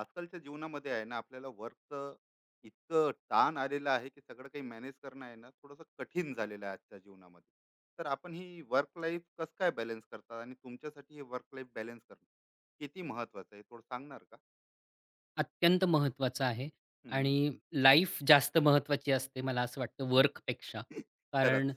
आजकालच्या जीवनामध्ये आहे ना आपल्याला वर्कचं इतकं ताण आलेलं आहे की सगळं काही मॅनेज करणं आहे ना थोडंसं कठीण झालेलं आहे आजच्या जीवनामध्ये. तर आपण ही वर्क लाईफ कसं काय बॅलन्स करतात आणि तुमच्यासाठी हे वर्क लाईफ बॅलन्स करणं किती महत्वाचं आहे थोडं सांगणार का? अत्यंत महत्त्वाचं आहे. हम्म. आणि लाईफ जास्त महत्त्वाची असते मला असं वाटतं वर्कपेक्षा. कारण खरंच.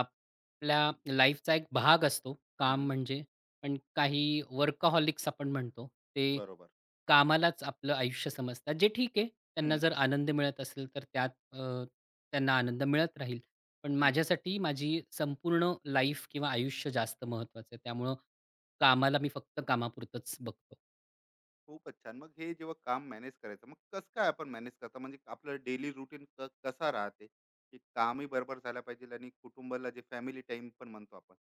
आपल्या लाईफचा एक भाग असतो काम हम्म, म्हणजे. पण काही वर्कहॉलिक्स आपण म्हणतो, ते बरोबर. कामालाच आपलं आयुष्य समजतात. जे ठीक आहे, त्यांना हम्म, जर आनंद मिळत असेल तर त्यात अ, त्यांना आनंद मिळत राहील. पण माझ्यासाठी माझी संपूर्ण लाईफ किंवा आयुष्य जास्त महत्त्वाचं आहे. त्यामुळं कामाला मी फक्त कामापुरतंच बघतो. खूपच छान. मग हे जेव्हा काम मॅनेज करायचं, मग कसं काय आपण मॅनेज करता? म्हणजे आपलं डेली रुटीन कसा राहते? की कामही बरोबर झालं पाहिजे आणि कुटुंबाला जे फॅमिली टाईम पण म्हणतो आपण,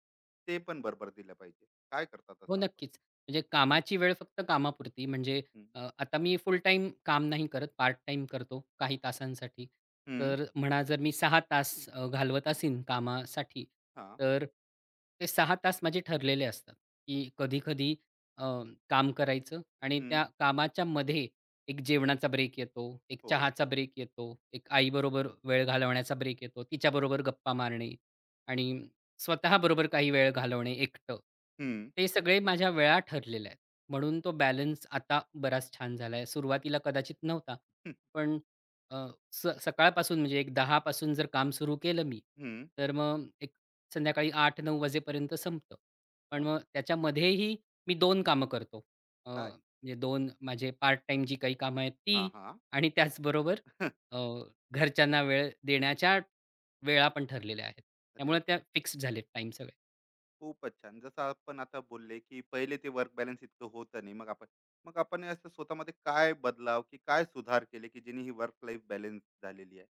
ते पण बरोबर दिलं पाहिजे. काय करतात हो, तसं आपण? नक्कीच. म्हणजे कामाची वेळ फक्त कामापुरती म्हणजे हं, आता मी फुल टाईम काम नाही करत, पार्ट टाईम करतो काही तासांसाठी. हं, तर म्हणा जर मी 6 तास घालवत असीन कामासाठी, हां, तर ते 6 तास माझे ठरलेले असतात, की कधी-कधी अ, काम करायचं आणि हं, त्या कामाच्या मध्ये एक जेवणाचा ब्रेक येतो, एक हो, चहाचा ब्रेक येतो, एक आईबरोबर वेळ घालवण्याचा ब्रेक येतो, तिच्याबरोबर गप्पा मारणे आणि स्वतःबरोबर काही वेळ घालवणे एकटं. हं, ते सगळे माझ्या वेळा ठरलेल्या आहेत. म्हणून तो बॅलन्स आता बराच छान झाला आहे. सुरुवातीला कदाचित नव्हता. हं, पण अ, सकाळपासून म्हणजे एक 10 पासून जर काम सुरू केलं मी, हं, तर मग एक संध्याकाळी 8-9 वाजेपर्यंत संपतं. पण थांब. मग त्याच्यामध्येही मी 2 कामं करतो. काय? म्हणजे 2 माझे पार्ट टाईम जी काही कामं आहेत हां, ती. हां. आणि त्याचबरोबर अ, घरच्यांना वेळ देण्याच्या वेळा पण ठरलेल्या आहेत. अरे, त्यामुळे त्या फिक्स झालेत टाईम सगळे. खूपच छान. जसं आपण आता बोलले, की पहिले ते वर्क बॅलन्स इतकं होतं नाही. मग आपण हे असं स्वतःमध्ये काय बदलाव, की काय सुधार केले, की जेणे ही वर्क लाईफ बॅलन्स झालेली आहे?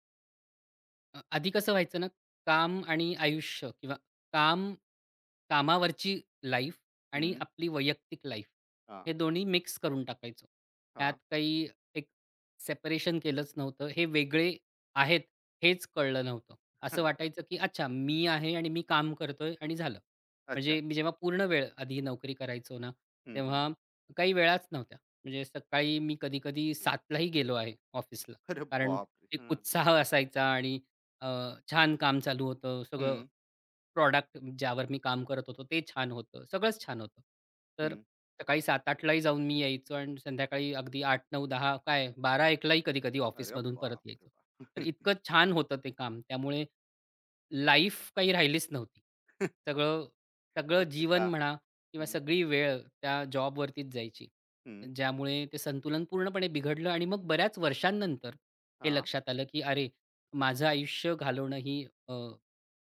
आधी कसं व्हायचं ना, काम आणि आयुष्य किंवा काम कामावरची लाईफ आणि हं. आपली वैयक्तिक लाईफ हां, हे दोन्ही मिक्स करून टाकायचो. त्यात हां. काही एक सेपरेशन केलंच नव्हतं. हे वेगळे आहेत हेच कळलं नव्हतं. असं अच्छा, वाटायचं, की अच्छा मी आहे आणि मी काम करतोय आणि झालं. म्हणजे अच्छा. मी जेव्हा पूर्ण वेळ आधी नोकरी करायचो ना, हं, हं. तेव्हा काही वेळाच नव्हत्या. म्हणजे सकाळी मी कधी-कधी 7:00 गेलो आहे ऑफिसला. अरे कारण बापरे! एक हं, उत्साह असायचा आणि अ, छान काम चालू होतं. सगळं हं, प्रॉडक्ट ज्यावर मी काम करत होतो ते छान होतं. सगळंच छान होतं. तर हं. सकाळी 7:00-8:00 जाऊन मी यायचो आणि संध्याकाळी अगदी 8:00-9:00-10:00 काय 12:00-1:00 कधी-कधी अरे ऑफिसमधून परत बापरे यायचो. तर बाप! इतकं छान होतं ते काम. त्यामुळे लाईफ काही राहिलीच नव्हती. सगळं सगळं फक्त का. जीवन म्हणा किंवा हं, सगळी वेळ त्या जॉबवरतीच जायची. हं. ज्यामुळे ते संतुलन पूर्णपणे बिघडलं आणि मग बऱ्याच वर्षांनंतर हे हां. लक्षात आलं, की अरे, माझं आयुष्य घालवणं ही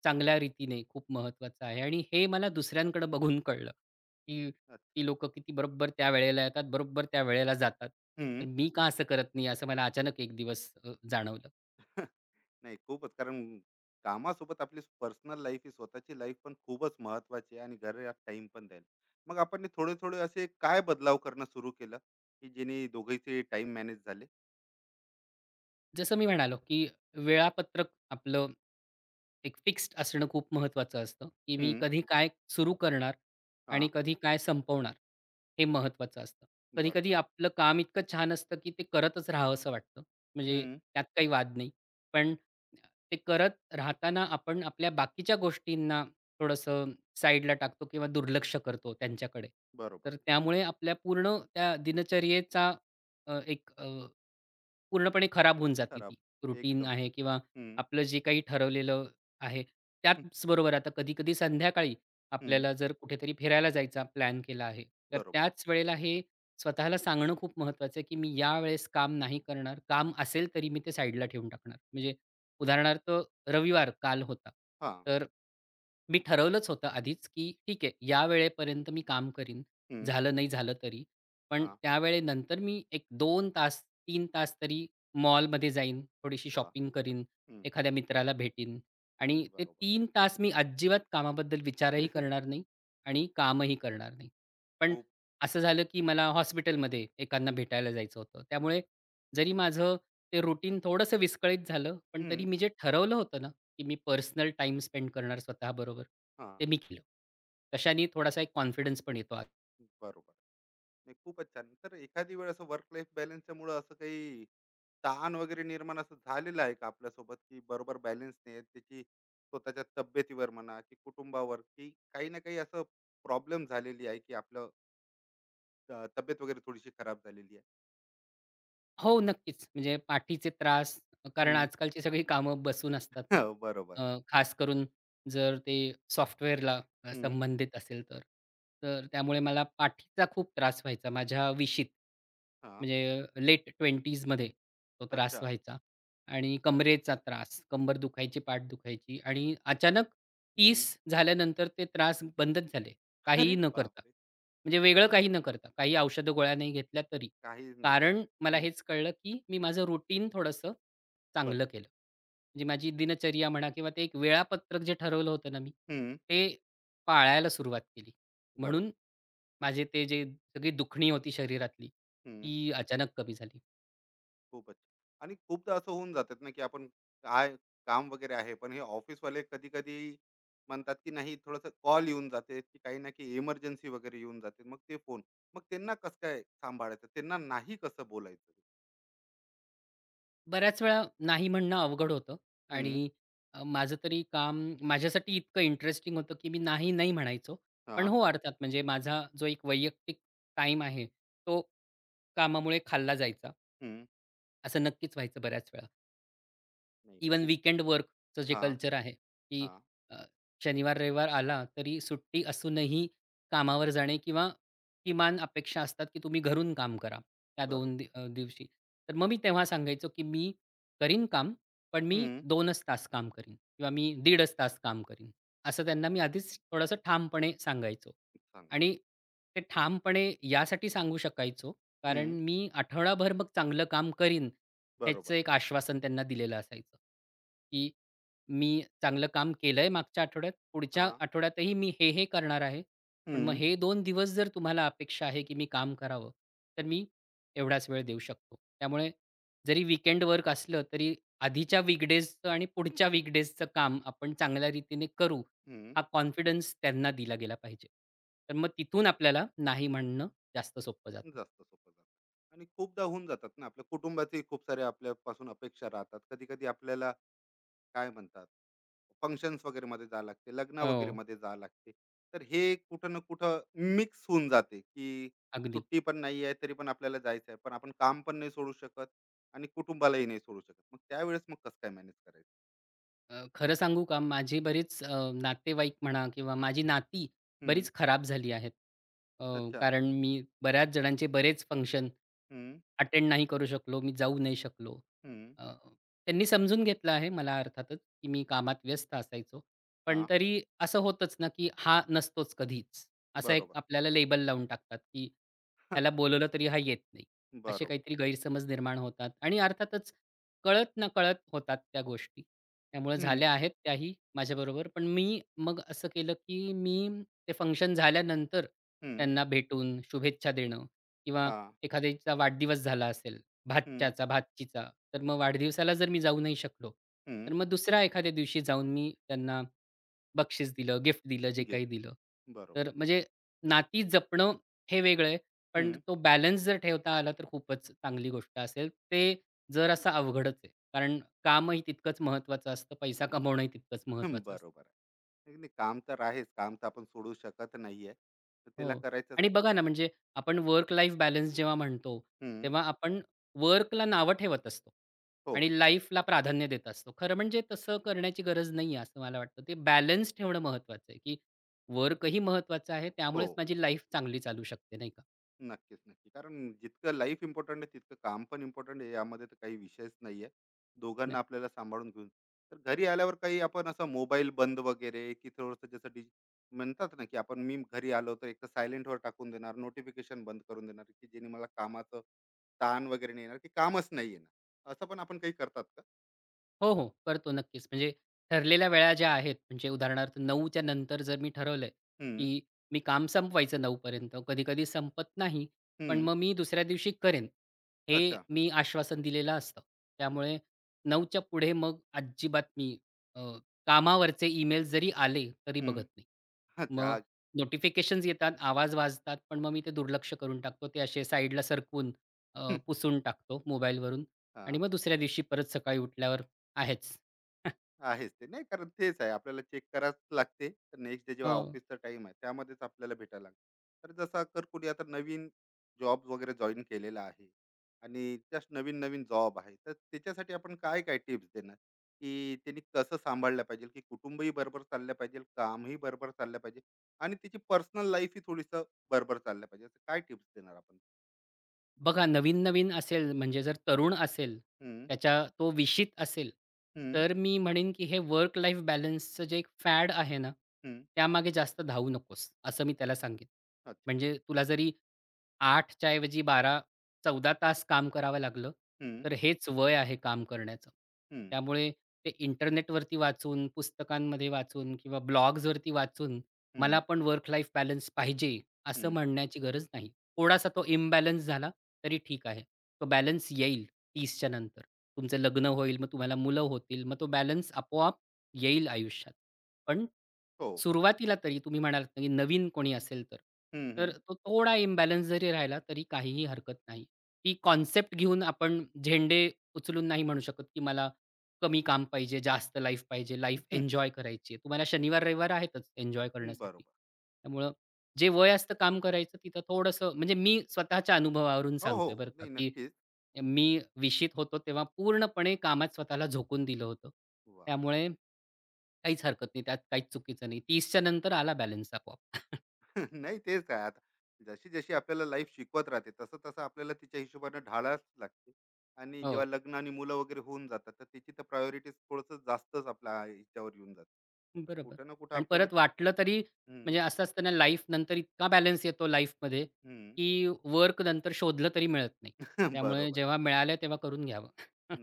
चांगल्या रीतीने खूप महत्त्वाचं आहे आणि हे मला दुसऱ्यांकडे बघून कळलं, की ती अच्छा. लोकं किती बरोबर त्या वेळेला येतात, बरोबर त्या वेळेला जातात. तर हं. मी का असं करत नाही, असं मला अचानक एक दिवस जाणवलं. नाही खूपच कारण कामासोबत आपली पर्सनल लाईफ ही स्वतःची लाईफ पण खूपच महत्त्वाची आहे आणि घरात टाईम पण द्यायला. मग आपण थोडे-थोडे असे काय बदलाव करणं सुरू केलं, की जेणे दोघांचे टाईम मॅनेज झाले? जसं मी म्हणालो, की वेळापत्रक आपलं एक फिक्स्ड असणं खूप महत्त्वाचं असतं, की मी हं. कधी काय सुरू करणार आणि हां. कधी काय संपवणार, हे महत्त्वाचं असतं. बरोबर. कधी-कधी आपलं काम इतकं छान असतं, की ते करतच राहावसं वाटतं. म्हणजे हं. त्यात काही वाद नाही. पण ते करत राहताना आपण आपल्या बाकीच्या गोष्टींना थोडंसं साईडला टाकतो किंवा दुर्लक्ष करतो त्यांच्याकडे. बरोबर. तर त्यामुळे आपल्या पूर्ण त्या दिनचर्येचा एक पूर्णपणे खराब होऊन जाते खराब. ती रुटीन एकदम. आहे किंवा हं, आपलं जे काही ठरवलेलं आहे. हं, त्याचबरोबर आता कधी-कधी संध्याकाळी हं. आपल्याला जर कुठेतरी फिरायला जायचा प्लॅन केला आहे, तर बरोबर. त्याच वेळेला हे स्वतःला सांगणं खूप महत्त्वाचं आहे, की मी यावेळेस काम नाही करणार. काम असेल तरी मी ते साईडला ठेवून टाकणार. म्हणजे उदाहरणार्थ रविवार काल होता. हां. तर मी ठरवलंच होतं आधीच, की ठीक आहे, या वेळेपर्यंत मी काम करीन. हं, झालं नाही झालं तरी. पण हां. त्यावेळे नंतर मी एक दोन तास, तीन तास तरी मॉलमध्ये जाईन, थोडीशी वाह! शॉपिंग करीन, हं, एखाद्या मित्राला भेटीन आणि ते बरोबर. 3 तास मी अजिबात कामाबद्दल विचारही करणार नाही आणि कामही करणार नाही. पण खूप. असं झालं, की मला हॉस्पिटलमध्ये एकांना भेटायला जायचं होतं. त्यामुळे जरी माझं ते रुटीन थोडंसं विस्कळीत झालं, पण हं, तरी मी जे ठरवलं होतं ना, की मी पर्सनल टाईम स्पेंड करणार स्वतःबरोबर, हां, ते मी केलं. तशाने थोडासा एक कॉन्फिडन्स पण येतो. बरोबर. नाही खूपच छान. तर एखादी वेळ असं वर्क लाईफ बॅलन्सच्यामुळं असं काही ताण वगैरे निर्माण असं झालेलं आहे का आपल्यासोबत, की बरोबर बॅलन्स नाही आहे, त्याची स्वतःच्या तब्येतीवर म्हणा, की कुटुंबावर, की काही ना काही असं प्रॉब्लेम झालेली आहे, की आपलं तब्येत वगैरे थोडीशी खराब झालेली आहे? हो, नक्कीच. म्हणजे पाठीचे त्रास कारण हं, आजकालची सगळी कामं बसून असतात ना. हो, बरोबर. खास करून जर ते सॉफ्टवेअरला हं, संबंधित असेल तर. तर त्यामुळे मला पाठीचा खूप त्रास व्हायचा माझ्या 20शीत, हां, म्हणजे लेट 20ज मध्ये तो त्रास अच्छा. व्हायचा आणि कमरेचा त्रास, कंबर दुखायची, पाठ दुखायची आणि अचानक हं. 30 झाल्यानंतर ते त्रास बंदच झाले. अरे काहीही न करता. बापरे! म्हणजे वेगळं काही न करता, काही औषध गोळ्या नाही घेतल्या तरी. काहीच नाही तर. कारण मला हं, हेच कळलं, की मी माझं रुटीन थोडंसं चांगलं बदल. केलं. म्हणजे माझी दिनचर्या म्हणा किंवा ते एक वेळापत्रक जे ठरवलं होतं ना मी, हं. ते पाळायला सुरुवात केली. बरोबर. म्हणून माझे ते जे सगळी दुखणी होती शरीरातली, हं. ती अचानक कमी झाली. खूपच. छान. आणि खूपदा असं होऊन जातात ना, की आपण काय काम वगैरे आहे, पण हे ऑफिसवाले कधी-कधी म्हणतात, की नाही थोडंसं कॉल येऊन जाते, की काही ना काही इमर्जन्सी वगैरे येऊन जाते. मग ते फोन. मग त्यांना कसं काय सांभाळायचं? त्यांना नाही कसं बोलायचं? बऱ्याच वेळा नाही म्हणणं अवघड होतं हं. आणि माझं तरी काम माझ्यासाठी इतकं इंटरेस्टिंग होतं, की मी नाही, नाही म्हणायचो. पण हां. हो, अर्थात म्हणजे माझा जो एक वैयक्तिक टाईम आहे, तो कामामुळे खाल्ला जायचा. हं. असं नक्कीच व्हायचं बऱ्याच वेळा. नाही इवन खूप. वीकेंड वर्कचं जे हां, कल्चर आहे, की हां. अ, शनिवार-रविवार आला तरी सुट्टी असूनही कामावर जाणे किंवा किमान अपेक्षा असतात, की तुम्ही घरून काम करा त्या दोन दि बरोबर. अ, दिवशी. तर मग मी तेव्हा सांगायचो, की "मी करीन काम, पण मी हं. 2च तास काम करीन किंवा मी 1.5च तास काम करीन." असं त्यांना मी आधीच थोडंसं ठामपणे सांगायचो. सांगा. आणि ते ठामपणे यासाठी सांगू शकायचो, कारण हं. मी आठवडाभर मग चांगलं काम करीन ह्याचं बरोबर. एक आश्वासन त्यांना दिलेलं असायचं, की मी चांगलं काम केलंय मागच्या आठवड्यात, पुढच्या हां. आठवड्यातही मी हे, हे करणार आहे. पण मग हं. हे दोन दिवस जर तुम्हाला अपेक्षा आहे, की मी काम करावं, तर मी एवढाच वेळ देऊ शकतो. त्यामुळे जरी विकेंड वर्क असलं, तरी आधीच्या वीकडेजचं आणि पुढच्या वीकडेजचं काम आपण चांगल्या रीतीने करू, हं. हा कॉन्फिडन्स त्यांना दिला गेला पाहिजे. तर मग तिथून आपल्याला नाही म्हणणं जास्त सोपं जातं. जास्त सोपं जातं. आणि खूपदा होऊन जातात ना, आपल्या कुटुंबाचेही खूप सारे आपल्यापासून अपेक्षा राहतात. कधी-कधी आपल्याला काय म्हणतात फंक्शन्स वगैरे मध्ये जावं लागते लग्न वगैरे हो, मध्ये जावं लागते. तर हे कुठं ना कुठं मिक्स होऊन जाते की अगदी. सुट्टी पण नाही आहे तरी पण आपल्याला जायचं आहे पण आपण काम पण नाही सोडू शकत आणि कुटुंबालाही नाही सोडू शकत मग त्यावेळेस मग कसं काय मॅनेज करायचं. खरं सांगू का? माझी बरीच नातेवाईक म्हणा किंवा माझी नाती हम्म. बरीच खराब झाली आहेत. अ, अच्छा. कारण मी बऱ्याच जणांचे बरेच फंक्शन हम्म. अटेंड नाही करू शकलो, मी जाऊ नाही शकलो. हम्म. अ, त्यांनी समजून घेतलं आहे मला अर्थातच, की मी कामात व्यस्त असायचो. पण हा. तरी असं होतंच ना, की हा नसतोच कधीच. असा एक बरोबर. आपल्याला लेबल लावून टाकतात, की हा, ह्याला बोलवलं तरी हा येत नाही. असे बरोबर. काहीतरी गैरसमज निर्माण होतात आणि अर्थातच कळत-नकळत होतात त्या गोष्टी. त्यामुळे हम्म. झाल्या आहेत त्याही माझ्याबरोबर. पण मी मग असं केलं, की मी ते फंक्शन झाल्यानंतर हम्म. त्यांना भेटून शुभेच्छा देणं किंवा हा. एखाद्याचा वाढदिवस झाला असेल, हम्म. भाच्याचा, भाचीचा, तर मग वाढदिवसाला जर मी जाऊ नाही शकलो, हम्म. तर मग दुसऱ्या एखाद्या दिवशी जाऊन मी त्यांना बक्षीस दिलं, गिफ्ट दिलं, जे घे. काही दिलं. बरोबर. तर म्हणजे नाती जपणं हे वेगळं आहे. पण हम्म. तो बॅलन्स जर ठेवता आला तर खूपच चांगली गोष्ट असेल. ते जरासं अवघडच आहे. कारण कामही तितकंच महत्त्वाचं असतं, पैसा कमवणंही तितकंच हम्म, महत्त्वाचं असतं. बरोबर आहे. नाही नाही, काम तर आहेच काम तर आपण सोडू शकत नाहीये तर त्याला हो. करायचंच आणि आहे. बघा ना, म्हणजे आपण वर्क लाईफ बॅलन्स जेव्हा म्हणतो, हम्म. तेव्हा आपण वर्कला नावं ठेवत असतो हो. आणि लाईफला प्राधान्य देत असतो. खरं म्हणजे तसं करण्याची गरज नाही आहे, असं मला वाटतं. ते बॅलन्स ठेवणं महत्त्वाचं आहे, की वर्कही महत्त्वाचं आहे, हो. त्यामुळेच माझी लाईफ चांगली चालू शकते, नाही का? नक्कीच, नक्की. कारण जितकं लाईफ इम्पोर्टंट आहे, तितकं काम पण इम्पोर्टंट आहे. यामध्ये तर काही विषयच नाहीये. दोघांना आपल्याला सांभाळून घेऊन तर घरी आल्यावर काही आपण असा मोबाईल बंद वगैरे, की थोडंसं जसं डिजि म्हणतात ना, की आपण मी घरी आलो तर एक सायलेंटवर टाकून देणार, नोटिफिकेशन बंद करून देणार, की जेणे मला कामाचं ताण वगैरे नाही येणार, की कामच नाही येणार. असं पण आपण काही करतात का? हो, हो. करतो नक्कीच. म्हणजे ठरलेल्या वेळा ज्या आहेत, म्हणजे उदाहरणार्थ 9च्या नंतर जर मी ठरवलंय, हं, की मी काम संपवायचं 9 पर्यंत. कधी-कधी संपत नाही, पण हं. मग मी दुसऱ्या दिवशी करेन, हे अच्छा. मी आश्वासन दिलेलं असतं. त्यामुळे 9च्या पुढे मग अजिबात मी अ, कामावरचे ईमेल जरी आले, तरी हं. बघत नाही. अच्छा. मग हां. नोटिफिकेशन्स येतात, आवाज वाजतात, पण मग मी ते दुर्लक्ष करून टाकतो. ते असे साईडला सरकवून हं. पुसून टाकतो मोबाईलवरून. आणि हां. मग दुसऱ्या दिवशी परत सकाळी उठल्यावर आहेच. आहेच ते. नाही कारण तेच आहे आपल्याला चेक करावंच लागते. तर नेक्स्ट डे जेव्हा हो. ऑफिसचा टाईम आहे त्यामध्येच आपल्याला भेटायला लागतं. तर जसा कर कोणी आता नवीन जॉब वगैरे जॉइन केलेला आहे आणि जस्ट नवीन-नवीन जॉब आहे. तर त्याच्यासाठी आपण काय-काय टिप्स देणार, की त्यांनी कसं सांभाळलं पाहिजे, की कुटुंबही बरोबर चाललं पाहिजे, कामही बरोबर चाललं पाहिजे आणि त्याची पर्सनल लाईफही थोडीसं बरोबर चाललं पाहिजे. असं काय टिप्स देणार आपण? बघा नवीन-नवीन असेल म्हणजे जर तरुण असेल, हं, त्याच्या तो विशित असेल, हं, तर मी म्हणेन की हे वर्क लाईफ बॅलन्सचं जे एक फॅड आहे ना, हं. त्यामागे जास्त धावू नकोस, असं मी त्याला सांगेन. अच्छा. म्हणजे तुला जरी 8 च्या ऐवजी 12-14 तास काम करावं लागलं, हं, तर हेच वय आहे काम करण्याचं. हं, त्यामुळे ते इंटरनेटवरती वाचून, पुस्तकांमध्ये वाचून किंवा ब्लॉग्सवरती वाचून मला हं, पण वर्क लाईफ बॅलन्स पाहिजे, असं हं. म्हणण्याची गरज नाही. थोडासा तो इम्बॅलन्स झाला तरी ठीक आहे. तो बॅलन्स येईल 30 च्या नंतर. तुमचं लग्न होईल, मग तुम्हाला मुलं होतील. मग तो बॅलन्स आपोआप येईल आयुष्यात. पण हो. सुरुवातीला तरी तुम्ही म्हणालात ना की नवीन कोणी असेल तर. हं, हं. तर तो थोडा इम्बॅलन्स जरी राहिला तरी काहीही हरकत नाही. ही कॉन्सेप्ट घेऊन आपण झेंडे उचलून नाही म्हणू शकत की मला कमी काम पाहिजे, जास्त लाईफ पाहिजे, लाईफ एन्जॉय करायची तुम्हाला शनिवार, रविवार आहेतच एन्जॉय हं, करण्यासाठी. बरोबर. त्यामुळं जे वय असतं काम करायचं तिथं थोडंसं म्हणजे मी स्वतःच्या अनुभवावरून हो, हो, सांगतोय बरं हो. का, नाही की नक्कीच. मी विशीत होतो तेव्हा पूर्णपणे कामात स्वतःला झोकून दिलं होतं. वाह! त्यामुळे काहीच हरकत नाही. त्यात काहीच चुकीचं नाही. 30च्या नंतर आला बॅलन्स आपोआप. नाही तेच आहे आता. जशी-जशी आपल्याला लाईफ शिकवत राहते, तसं-तसं आपल्याला तिच्या हिशोबाने ढाळाच लागते. आणि जेव्हा हो, लग्न आणि मुलं वगैरे होऊन जातात, तर त्याची तर प्रायोरिटीज थोडंसं जास्तच आपल्या ह्याच्यावर येऊन जाते. तर बरोबर. कुठं ना कुठं आणि आपल्याला. परत वाटलं तरी हं, म्हणजे असं असतं ना लाईफ नंतर इतका बॅलन्स येतो लाईफमध्ये, हं. की वर्क नंतर शोधलं तरी मिळत नाही. त्यामुळे बरोबर. जेव्हा मिळालं तेव्हा करून घ्यावं.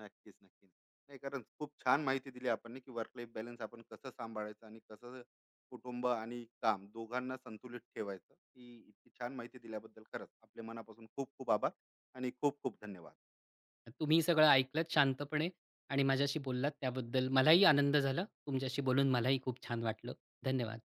नक्कीच, नक्की. नाही कारण खूप छान माहिती दिली आपण की वर्क लाईफ बॅलन्स आपण कसं सांभाळायचं आणि कसं कुटुंब आणि काम दोघांना संतुलित ठेवायचं. ही इतकी छान माहिती दिल्याबद्दल खरंच आपल्या मनापासून खूप खूप आभार आणि खूप खूप धन्यवाद. तुम्ही सगळं ऐकलत शांतपणे आणि माझ्याशी बोललात त्याबद्दल मलाही आनंद झाला. तुमच्याशी बोलून मलाही खूप छान वाटलं. धन्यवाद.